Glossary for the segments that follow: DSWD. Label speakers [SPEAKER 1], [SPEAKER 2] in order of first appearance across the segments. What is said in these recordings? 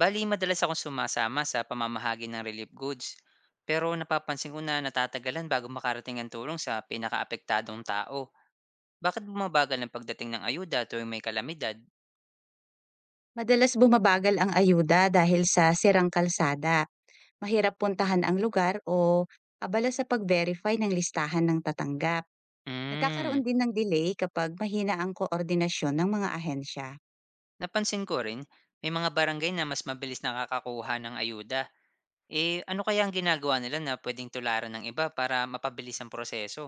[SPEAKER 1] Bali, madalas akong sumasama sa pamamahagi ng relief goods. Pero napapansin ko na natatagalan bago makarating ang tulong sa pinakaapektadong tao. Bakit bumabagal ang pagdating ng ayuda tuwing may kalamidad?
[SPEAKER 2] Madalas bumabagal ang ayuda dahil sa sirang kalsada, mahirap puntahan ang lugar o abala sa pag-verify ng listahan ng tatanggap.
[SPEAKER 1] Hmm,
[SPEAKER 2] Nagkakaroon din ng delay kapag mahina ang koordinasyon ng mga ahensya.
[SPEAKER 1] Napansin ko rin, may mga barangay na mas mabilis nakakakuha ng ayuda. Eh, ano kaya ang ginagawa nila na pwedeng tularan ng iba para mapabilis ang proseso?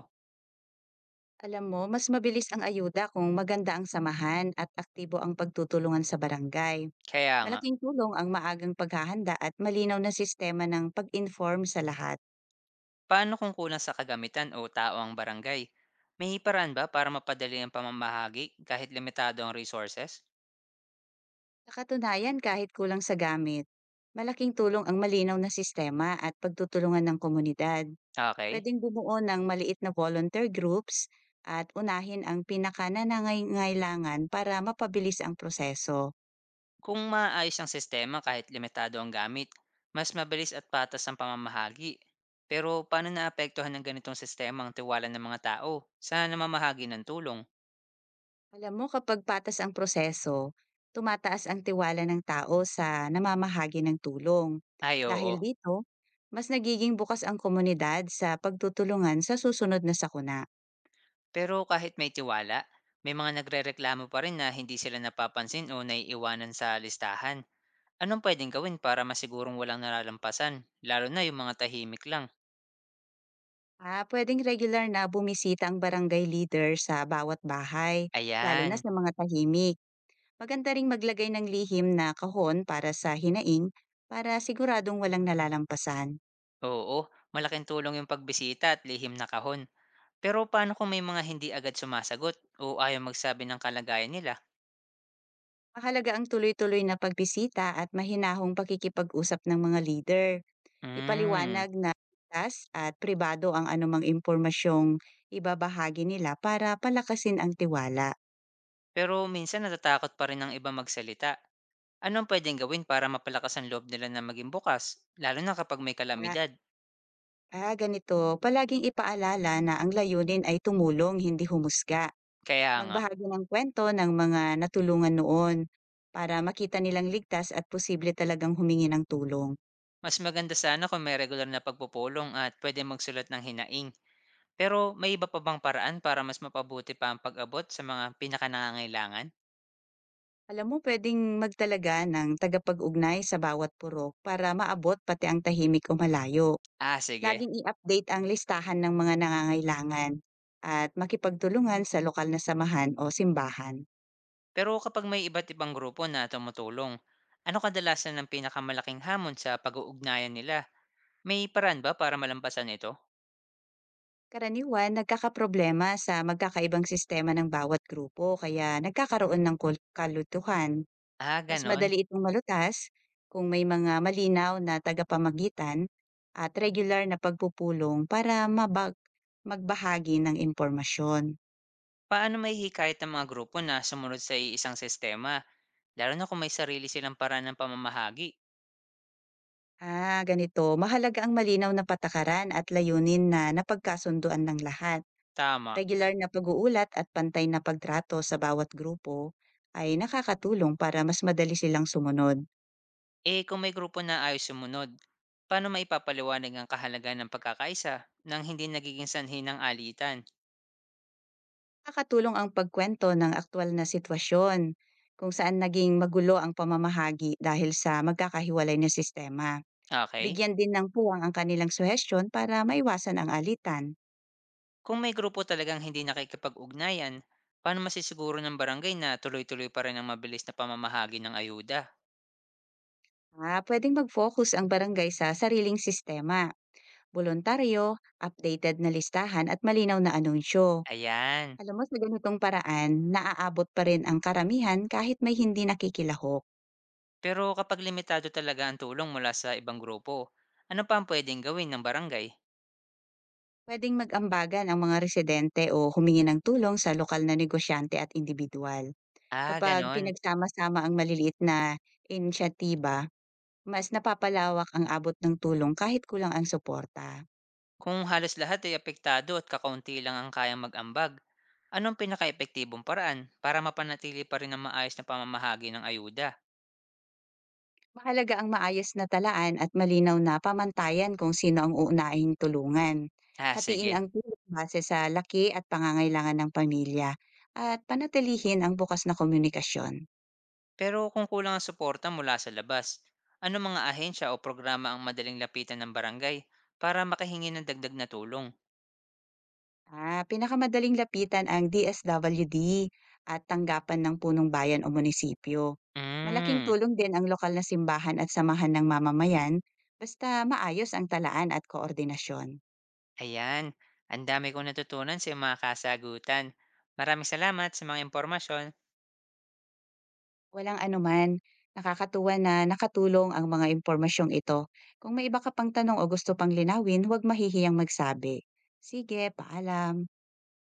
[SPEAKER 2] Alam mo, mas mabilis ang ayuda kung maganda ang samahan at aktibo ang pagtutulungan sa barangay.
[SPEAKER 1] Kaya nga,
[SPEAKER 2] Malaking tulong ang maagang paghahanda at malinaw na sistema ng pag-inform sa lahat.
[SPEAKER 1] paano kung kulang sa kagamitan o tao ang barangay? May paraan ba para mapadali ang pamamahagi kahit limitado ang resources?
[SPEAKER 2] Sa katunayan, kahit kulang sa gamit, malaking tulong ang malinaw na sistema at pagtutulungan ng komunidad.
[SPEAKER 1] Okay.
[SPEAKER 2] Pwedeng bumuo ng maliit na volunteer groups at unahin ang pinakananangailangan para mapabilis ang proseso.
[SPEAKER 1] Kung maayos ang sistema kahit limitado ang gamit, mas mabilis at patas ang pamamahagi. Pero paano naapektuhan ng ganitong sistema ang tiwala ng mga tao sa namamahagi ng tulong?
[SPEAKER 2] Alam mo, kapag patas ang proseso, tumataas ang tiwala ng tao sa namamahagi ng tulong.
[SPEAKER 1] Ay oo,
[SPEAKER 2] Dahil dito, mas nagiging bukas ang komunidad sa pagtutulungan sa susunod na sakuna.
[SPEAKER 1] pero kahit may tiwala, may mga nagrereklamo pa rin na hindi sila napapansin o naiiwanan sa listahan. Anong pwedeng gawin para masigurong walang nalalampasan, lalo na yung mga tahimik lang?
[SPEAKER 2] Ah, puwedeng regular na bumisita ang barangay leader sa bawat bahay, lalo na
[SPEAKER 1] Ayan,
[SPEAKER 2] sa mga tahimik. Maganda ring maglagay ng lihim na kahon para sa hinaing para siguradong walang nalalampasan.
[SPEAKER 1] oo, malaking tulong yung pagbisita at lihim na kahon. Pero paano kung may mga hindi agad sumasagot o ayaw magsabi ng kalagayan nila?
[SPEAKER 2] Mahalaga ang tuloy-tuloy na pagbisita at mahinahong pakikipag-usap ng mga leader.
[SPEAKER 1] Hmm,
[SPEAKER 2] Ipaliwanag na tas at pribado ang anumang impormasyong ibabahagi nila para palakasin ang tiwala.
[SPEAKER 1] Pero minsan natatakot pa rin ang iba magsalita. Anong pwedeng gawin para mapalakas ang loob nila na maging bukas, lalo na kapag may
[SPEAKER 2] Ah,
[SPEAKER 1] kalamidad?
[SPEAKER 2] ah, ganito, palaging ipaalala na ang layunin ay tumulong, hindi humusga.
[SPEAKER 1] Kaya nga,
[SPEAKER 2] Magbahagi ng kwento ng mga natulungan noon, para makita nilang ligtas at posible talagang humingi ng tulong.
[SPEAKER 1] mas maganda sana kung may regular na pagpupulong at pwede magsulat ng hinaing. Pero may iba pa bang paraan para mas mapabuti pa ang pag-abot sa mga pinakanangangailangan?
[SPEAKER 2] Alam mo, puwedeng magtalaga ng tagapag-ugnay sa bawat purok para maabot pati ang tahimik o malayo.
[SPEAKER 1] Ah, sige.
[SPEAKER 2] Laging i-update ang listahan ng mga nangangailangan at makipagtulungan sa lokal na samahan o simbahan.
[SPEAKER 1] Pero kapag may iba't ibang grupo na tumutulong, ano kadalasan ang pinakamalaking hamon sa pag-uugnayan nila? May paraan ba para malampasan ito?
[SPEAKER 2] Karaniwan nagkakaproblema sa magkakaibang sistema ng bawat grupo kaya nagkakaroon ng kul kalutuhan.
[SPEAKER 1] Ah,
[SPEAKER 2] Mas
[SPEAKER 1] ganon.
[SPEAKER 2] madali itong malutas kung may mga malinaw na tagapamagitan at regular na pagpupulong para mabag magbahagi ng impormasyon.
[SPEAKER 1] Paano may hikayat ng mga grupo na sumunod sa iisang sistema, lalo na kung may sarili silang paraan ng pamamahagi?
[SPEAKER 2] Ah, ganito. Mahalaga ang malinaw na patakaran at layunin na napagkasunduan ng lahat.
[SPEAKER 1] Tama.
[SPEAKER 2] Regular na pag-uulat at pantay na pagtrato sa bawat grupo ay nakakatulong para mas madali silang sumunod.
[SPEAKER 1] Eh kung may grupo na ayos sumunod, paano maipapaliwanag ang kahalagan ng pagkakaisa nang hindi nagiging sanhi ng alitan?
[SPEAKER 2] Nakakatulong ang pagkuwento ng aktwal na sitwasyon kung saan naging magulo ang pamamahagi dahil sa magkakahiwalay na sistema.
[SPEAKER 1] Okay?
[SPEAKER 2] Bigyan din ng puwang ang kanilang suhestyon para maiwasan ang alitan.
[SPEAKER 1] Kung may grupo talagang hindi nakikipag-ugnayan, paano masisiguro ng barangay na tuloy-tuloy pa rin ang mabilis na pamamahagi ng ayuda?
[SPEAKER 2] Ah, pwedeng mag-focus ang barangay sa sariling sistema, voluntaryo, updated na listahan at malinaw na anunsyo.
[SPEAKER 1] Ayan.
[SPEAKER 2] Alam mo, sa ganitong paraan, naaabot pa rin ang karamihan kahit may hindi nakikilahok.
[SPEAKER 1] Pero kapag limitado talaga ang tulong mula sa ibang grupo, ano pa ang pwedeng gawin ng barangay?
[SPEAKER 2] Pwedeng mag-ambagan ang mga residente o humingi ng tulong sa lokal na negosyante at individual.
[SPEAKER 1] Ah,
[SPEAKER 2] Kapag
[SPEAKER 1] ganon.
[SPEAKER 2] pinagsama-sama ang maliliit na inisyatiba, mas napapalawak ang abot ng tulong kahit kulang ang suporta.
[SPEAKER 1] Kung halos lahat ay apektado at kakaunti lang ang kayang mag-ambag, anong pinaka-epektibong paraan para mapanatili pa rin ang maayos na pamamahagi ng ayuda?
[SPEAKER 2] Mahalaga ang maayos na talaan at malinaw na pamantayan kung sino ang uunahing tulungan.
[SPEAKER 1] Ah,
[SPEAKER 2] Hatiin
[SPEAKER 1] sige.
[SPEAKER 2] ang tulong base sa laki at pangangailangan ng pamilya at panatilihin ang bukas na komunikasyon.
[SPEAKER 1] Pero kung kulang ang suporta mula sa labas, ano mga ahensya o programa ang madaling lapitan ng barangay para makahingi ng dagdag na tulong?
[SPEAKER 2] Ah, pinakamadaling lapitan ang DSWD at tanggapan ng punong bayan o munisipyo. Malaking
[SPEAKER 1] Mm,
[SPEAKER 2] tulong din ang lokal na simbahan at samahan ng mamamayan basta maayos ang talaan at koordinasyon.
[SPEAKER 1] ayan. Ang dami kong natutunan sa iyong mga kasagutan. Maraming salamat sa mga impormasyon.
[SPEAKER 2] Walang anuman, nakakatuwa na nakatulong ang mga impormasyong ito. Kung may iba ka pang tanong o gusto pang linawin, huwag mahihiyang magsabi. Sige, paalam.